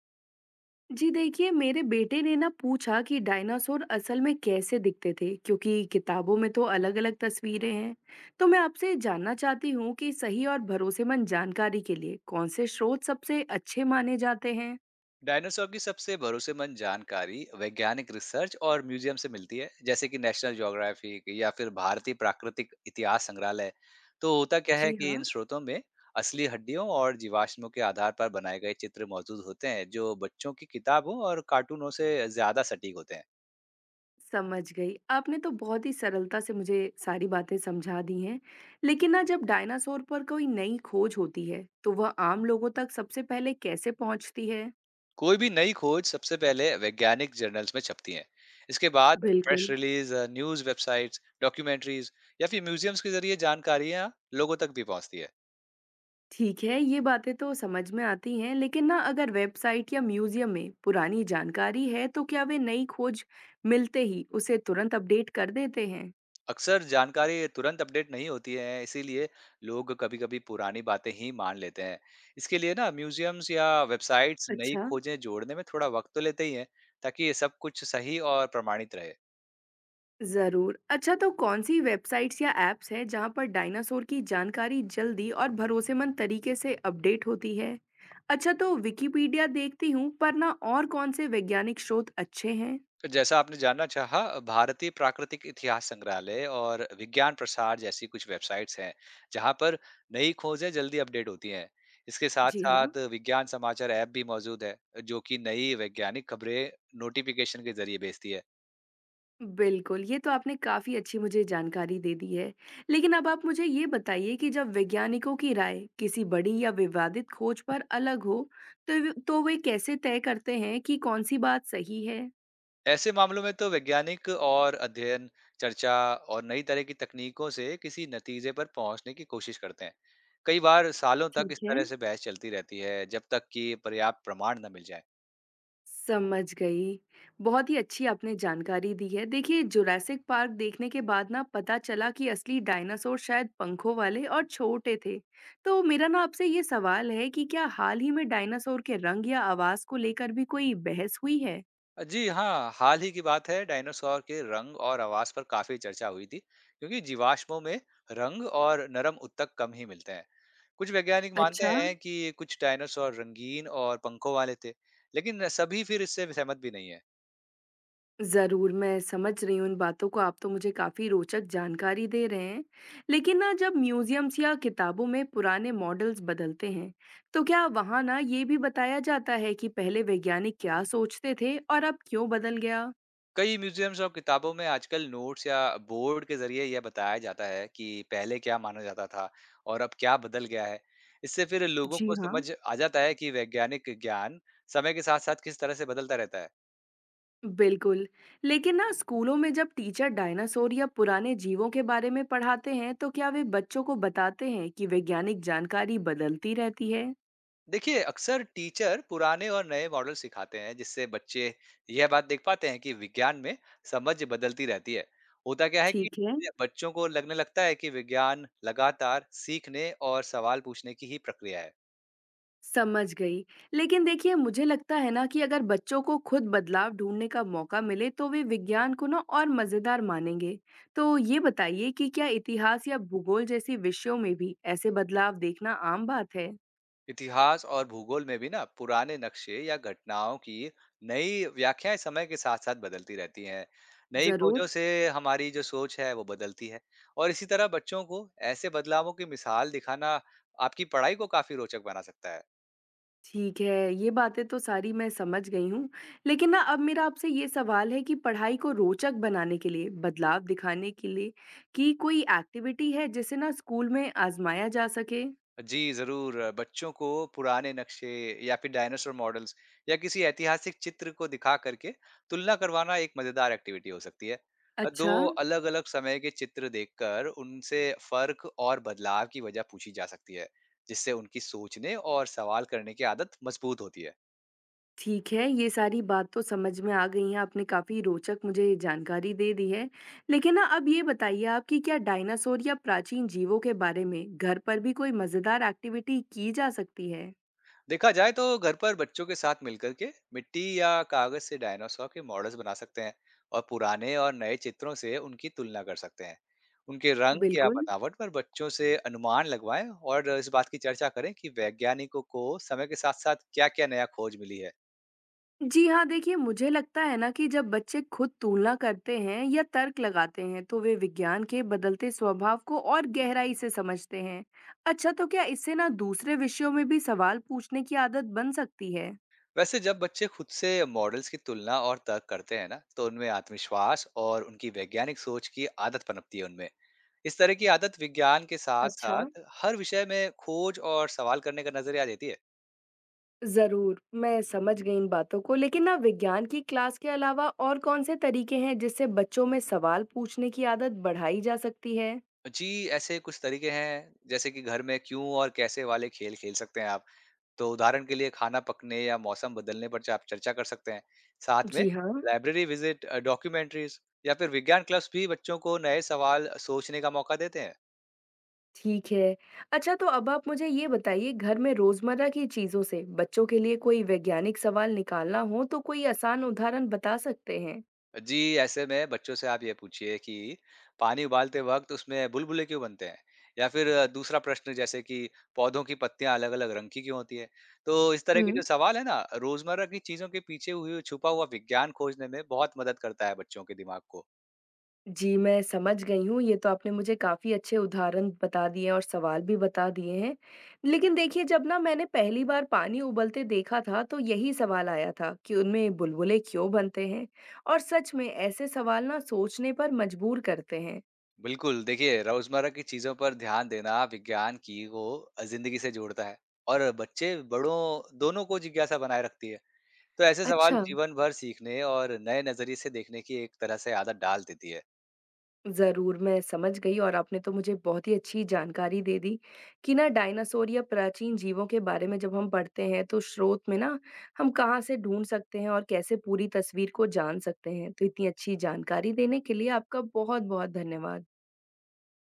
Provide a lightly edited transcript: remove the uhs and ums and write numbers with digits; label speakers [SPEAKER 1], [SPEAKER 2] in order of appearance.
[SPEAKER 1] जी देखिए, मेरे बेटे ने ना पूछा कि डायनासोर असल में कैसे दिखते थे, क्योंकि किताबों में तो अलग-अलग तस्वीरें हैं। तो मैं आपसे जानना चाहती हूँ कि सही और भरोसेमंद जानकारी के लिए कौन से स्रोत सबसे अच्छे माने जाते हैं?
[SPEAKER 2] डायनासोर की सबसे भरोसेमंद जानकारी वैज्ञानिक रिसर्च और म्यूजियम से मिलती है, जैसे कि नेशनल ज्योग्राफिक या फिर भारतीय प्राकृतिक इतिहास संग्रहालय। तो होता क्या है
[SPEAKER 1] जी
[SPEAKER 2] कि इन
[SPEAKER 1] हाँ,
[SPEAKER 2] स्रोतों में असली हड्डियों और जीवाश्मों के आधार पर बनाए गए चित्र मौजूद होते हैं, जो बच्चों की किताबों और कार्टूनों से ज्यादा सटीक होते हैं।
[SPEAKER 1] समझ गई। आपने तो बहुत ही सरलता से मुझे सारी बातें समझा दी हैं। लेकिन ना जब डायनासोर पर कोई नई खोज होती है, तो वह आम लोगों तक सबसे पहले कैसे पहुँचती है?
[SPEAKER 2] कोई भी नई खोज सबसे पहले वैज्ञानिक जर्नल्स में छपती है। इसके बाद प्रेस
[SPEAKER 1] बिल्कुल।
[SPEAKER 2] रिलीज, न्यूज वेबसाइट्स, डॉक्यूमेंट्रीज या फिर म्यूजियम्स के जरिए जानकारियां लोगों तक भी पहुंचती है।
[SPEAKER 1] ठीक है, ये बातें तो समझ में आती हैं, लेकिन ना अगर वेबसाइट या म्यूज़ियम में पुरानी जानकारी है, तो क्या वे नई खोज मिलते ही उसे तुरंत अपडेट कर देते हैं?
[SPEAKER 2] अक्सर जानकारी तुरंत अपडेट नहीं होती है, इसीलिए लोग कभी-कभी पुरानी बातें ही मान लेते हैं। इसके लिए ना म्यूजियम्स या वेबसाइट्स नई
[SPEAKER 1] अच्छा।
[SPEAKER 2] खोजें जोड़ने में थोड़ा वक्त तो लेते ही हैं, ताकि ये सब कुछ सही और प्रमाणित रहे।
[SPEAKER 1] ज़रूर। अच्छा, तो कौन-सी वेबसाइट्स या ऐप्स हैं, जहाँ पर डायनासोर की जानकारी जल्दी और भरोसेमंद तरीके से अपडेट होती है? अच्छा, तो विकिपीडिया देखती हूँ, पर ना और कौन से वैज्ञानिक स्रोत अच्छे हैं?
[SPEAKER 2] तो जैसा आपने जानना चाहा, भारतीय प्राकृतिक इतिहास संग्रहालय और विज्ञान प्रसार जैसी कुछ वेबसाइट्स हैं, जहाँ पर नई खोजें जल्दी अपडेट होती हैं। इसके साथ
[SPEAKER 1] जी हाँ।
[SPEAKER 2] साथ विज्ञान समाचार ऐप भी मौजूद है, जो कि नई वैज्ञानिक खबरें नोटिफिकेशन के जरिए भेजती है।
[SPEAKER 1] बिल्कुल, ये तो आपने काफ़ी अच्छी मुझे जानकारी दे दी है। लेकिन अब आप मुझे ये बताइए कि जब वैज्ञानिकों की राय किसी बड़ी या विवादित खोज पर अलग हो, तो व तो वे कैसे तय करते हैं कि कौन-सी बात सही है?
[SPEAKER 2] ऐसे मामलों में तो वैज्ञानिक और अध्ययन, चर्चा और नई तरह की तकनीकों से किसी नतीजे पर पहुंचने की कोशिश करते हैं। कई बार सालों तक इस
[SPEAKER 1] ठीक है।
[SPEAKER 2] तरह से बहस चलती रहती है, जब तक कि पर्याप्त प्रमाण न मिल जाए।
[SPEAKER 1] समझ गई। बहुत ही अच्छी आपने जानकारी दी है। देखिए, जुरासिक पार्क देखने के बाद ना पता चला कि असली डायनासोर शायद पंखों वाले और छोटे थे। तो मेरा ना आपसे ये सवाल है कि क्या हाल ही में डायनासोर के रंग या आवाज़ को लेकर भी कोई बहस हुई है?
[SPEAKER 2] जी हाँ, हाल ही की बात है, डायनासोर के रंग और आवाज पर काफी चर्चा हुई थी, क्योंकि जीवाश्मों में रंग और नरम ऊतक कम ही मिलते हैं। कुछ वैज्ञानिक मानते
[SPEAKER 1] अच्छा,
[SPEAKER 2] हैं कि कुछ डायनासोर रंगीन और पंखों वाले थे, लेकिन सभी फिर इससे सहमत भी नहीं है।
[SPEAKER 1] ज़रूर, मैं समझ रही हूँ इन बातों को, आप तो मुझे काफ़ी रोचक जानकारी दे रहे हैं। लेकिन ना जब म्यूज़ियम्स या किताबों में पुराने मॉडल्स बदलते हैं, तो क्या वहाँ ना ये भी बताया जाता है कि पहले वैज्ञानिक क्या सोचते थे और अब क्यों बदल गया?
[SPEAKER 2] कई म्यूजियम्स और किताबों में आजकल नोट्स या बोर्ड के जरिए यह बताया जाता है कि पहले क्या माना जाता था और अब क्या बदल गया है। इससे फिर लोगों
[SPEAKER 1] जी
[SPEAKER 2] को
[SPEAKER 1] हाँ,
[SPEAKER 2] समझ आ जाता है कि वैज्ञानिक ज्ञान समय के साथ साथ किस तरह से बदलता रहता है।
[SPEAKER 1] बिल्कुल। लेकिन ना स्कूलों में जब टीचर डायनासोर या पुराने जीवों के बारे में पढ़ाते हैं, तो क्या वे बच्चों को बताते हैं कि वैज्ञानिक जानकारी बदलती रहती है?
[SPEAKER 2] देखिए, अक्सर टीचर पुराने और नए मॉडल सिखाते हैं, जिससे बच्चे यह बात देख पाते हैं कि विज्ञान में समझ बदलती रहती है। होता क्या है कि
[SPEAKER 1] ठीक है।
[SPEAKER 2] बच्चों को लगने लगता है कि विज्ञान लगातार सीखने और सवाल पूछने की ही प्रक्रिया है।
[SPEAKER 1] समझ गई। लेकिन देखिए मुझे लगता है ना कि अगर बच्चों को खुद बदलाव ढूँढने का मौका मिले तो वे विज्ञान को ना और मज़ेदार मानेंगे। तो ये बताइए कि क्या इतिहास या भूगोल जैसे विषयों में भी ऐसे बदलाव देखना आम बात है?
[SPEAKER 2] इतिहास और भूगोल में भी ना पुराने नक्शे या घटनाओं की नई व्याख्याएं समय के साथ साथ बदलती रहती हैं। नई खोजों
[SPEAKER 1] ज़रूर।
[SPEAKER 2] से हमारी जो सोच है वो बदलती है, और इसी तरह बच्चों को ऐसे बदलावों की मिसाल दिखाना आपकी पढ़ाई को काफी रोचक बना सकता है।
[SPEAKER 1] ठीक है, ये बातें तो सारी मैं समझ गई हूँ। लेकिन ना अब मेरा आपसे ये सवाल है कि पढ़ाई को रोचक बनाने के लिए, बदलाव दिखाने के लिए, कि कोई एक्टिविटी है जिसे ना स्कूल में आज़माया जा सके?
[SPEAKER 2] जी, ज़रूर। बच्चों को पुराने नक्शे या फिर डायनासोर मॉडल्स या किसी ऐतिहासिक चित्र को दिखा करके तुलना करवाना एक मज़ेदार एक्टिविटी हो सकती है। 2
[SPEAKER 1] अच्छा।
[SPEAKER 2] अलग-अलग समय के चित्र देखकर उनसे फ़र्क और बदलाव की वजह पूछी जा सकती है, जिससे उनकी सोचने और सवाल करने की आदत मज़बूत होती है।
[SPEAKER 1] ठीक है, ये सारी बात तो समझ में आ गई है, आपने काफ़ी रोचक मुझे जानकारी दे दी है। लेकिन ना अब ये बताइए आप कि क्या डायनासोर या प्राचीन जीवों के बारे में घर पर भी कोई मज़ेदार एक्टिविटी की जा सकती है?
[SPEAKER 2] देखा जाए तो घर पर बच्चों के साथ मिलकर के मिट्टी या कागज से डायनासोर के मॉडल्स बना सकते हैं, और पुराने और नए चित्रों से उनकी तुलना कर सकते हैं। उनके रंग या
[SPEAKER 1] बिल्कुल।
[SPEAKER 2] बनावट पर बच्चों से अनुमान लगवाएं और इस बात की चर्चा करें कि वैज्ञानिकों को समय के साथ साथ क्या क्या नया खोज मिली है।
[SPEAKER 1] जी हाँ, देखिए मुझे लगता है ना कि जब बच्चे खुद तुलना करते हैं या तर्क लगाते हैं, तो वे विज्ञान के बदलते स्वभाव को और गहराई से समझते हैं। अच्छा, तो क्या इससे ना दूसरे विषयों में भी सवाल पूछने की आदत बन सकती है?
[SPEAKER 2] वैसे जब बच्चे खुद से मॉडल्स की तुलना और तर्क करते हैं ना, तो उनमें आत्मविश्वास और उनकी वैज्ञानिक सोच की आदत पनपती है उनमें। इस तरह की आदत विज्ञान के साथ
[SPEAKER 1] अच्छा।
[SPEAKER 2] साथ हर विषय में खोज और सवाल करने का नजरिया देती है।
[SPEAKER 1] ज़रूर, मैं समझ गई इन बातों को, लेकिन ना विज्ञान की क्लास के अलावा और कौन-से तरीके हैं जिससे बच्चों में सवाल पूछने की आदत बढ़ाई जा सकती है?
[SPEAKER 2] जी, ऐसे कुछ तरीके हैं, जैसे कि घर में क्यों और कैसे वाले खेल खेल सकते हैं आप। तो उदाहरण के लिए खाना पकने या मौसम बदलने पर आप चर्चा कर सकते हैं। साथ में
[SPEAKER 1] जी हाँ।
[SPEAKER 2] लाइब्रेरी विजिट, डॉक्यूमेंट्रीज या फिर विज्ञान क्लब्स भी बच्चों को नए सवाल सोचने का मौका देते हैं।
[SPEAKER 1] ठीक है। अच्छा, तो अब आप मुझे ये बताइए घर में रोज़मर्रा की चीज़ों से बच्चों के लिए कोई वैज्ञानिक सवाल निकालना हो तो कोई आसान उदाहरण बता सकते हैं?
[SPEAKER 2] जी, ऐसे में बच्चों से आप ये पूछिए कि पानी उबालते वक़्त उसमें बुलबुले क्यों बनते हैं? या फिर दूसरा प्रश्न, जैसे कि पौधों की पत्तियाँ अलग-अलग रंग की क्यों होती है? तो इस तरह के
[SPEAKER 1] हुँ।
[SPEAKER 2] जो सवाल है ना, रोज़मर्रा की चीज़ों के पीछे हुए छुपा हुआ विज्ञान खोजने में बहुत मदद करता है बच्चों के दिमाग को।
[SPEAKER 1] जी, मैं समझ गई हूँ। ये तो आपने मुझे काफ़ी अच्छे उदाहरण बता दिए हैं और सवाल भी बता दिए हैं। लेकिन देखिए जब ना मैंने पहली बार पानी उबलते देखा था तो यही सवाल आया था कि उनमें बुलबुले क्यों बनते हैं? और सच में ऐसे सवाल ना सोचने पर मजबूर करते हैं।
[SPEAKER 2] बिल्कुल, देखिए, रोज़मर्रा की चीज़ों पर ध्यान देना विज्ञान की को ज़िंदगी से जोड़ता है, और बच्चे बड़ों दोनों को जिज्ञासा बनाए रखती है। तो ऐसे सवाल
[SPEAKER 1] अच्छा।
[SPEAKER 2] जीवन भर सीखने और नए नज़रिए से देखने की एक तरह से आदत डाल देती है।
[SPEAKER 1] ज़रूर, मैं समझ गई और आपने तो मुझे बहुत ही अच्छी जानकारी दे दी कि ना डायनासोर या प्राचीन जीवों के बारे में जब हम पढ़ते हैं तो स्रोत में ना हम कहाँ से ढूँढ सकते हैं और कैसे पूरी तस्वीर को जान सकते हैं। तो इतनी अच्छी जानकारी देने के लिए आपका बहुत-बहुत धन्यवाद।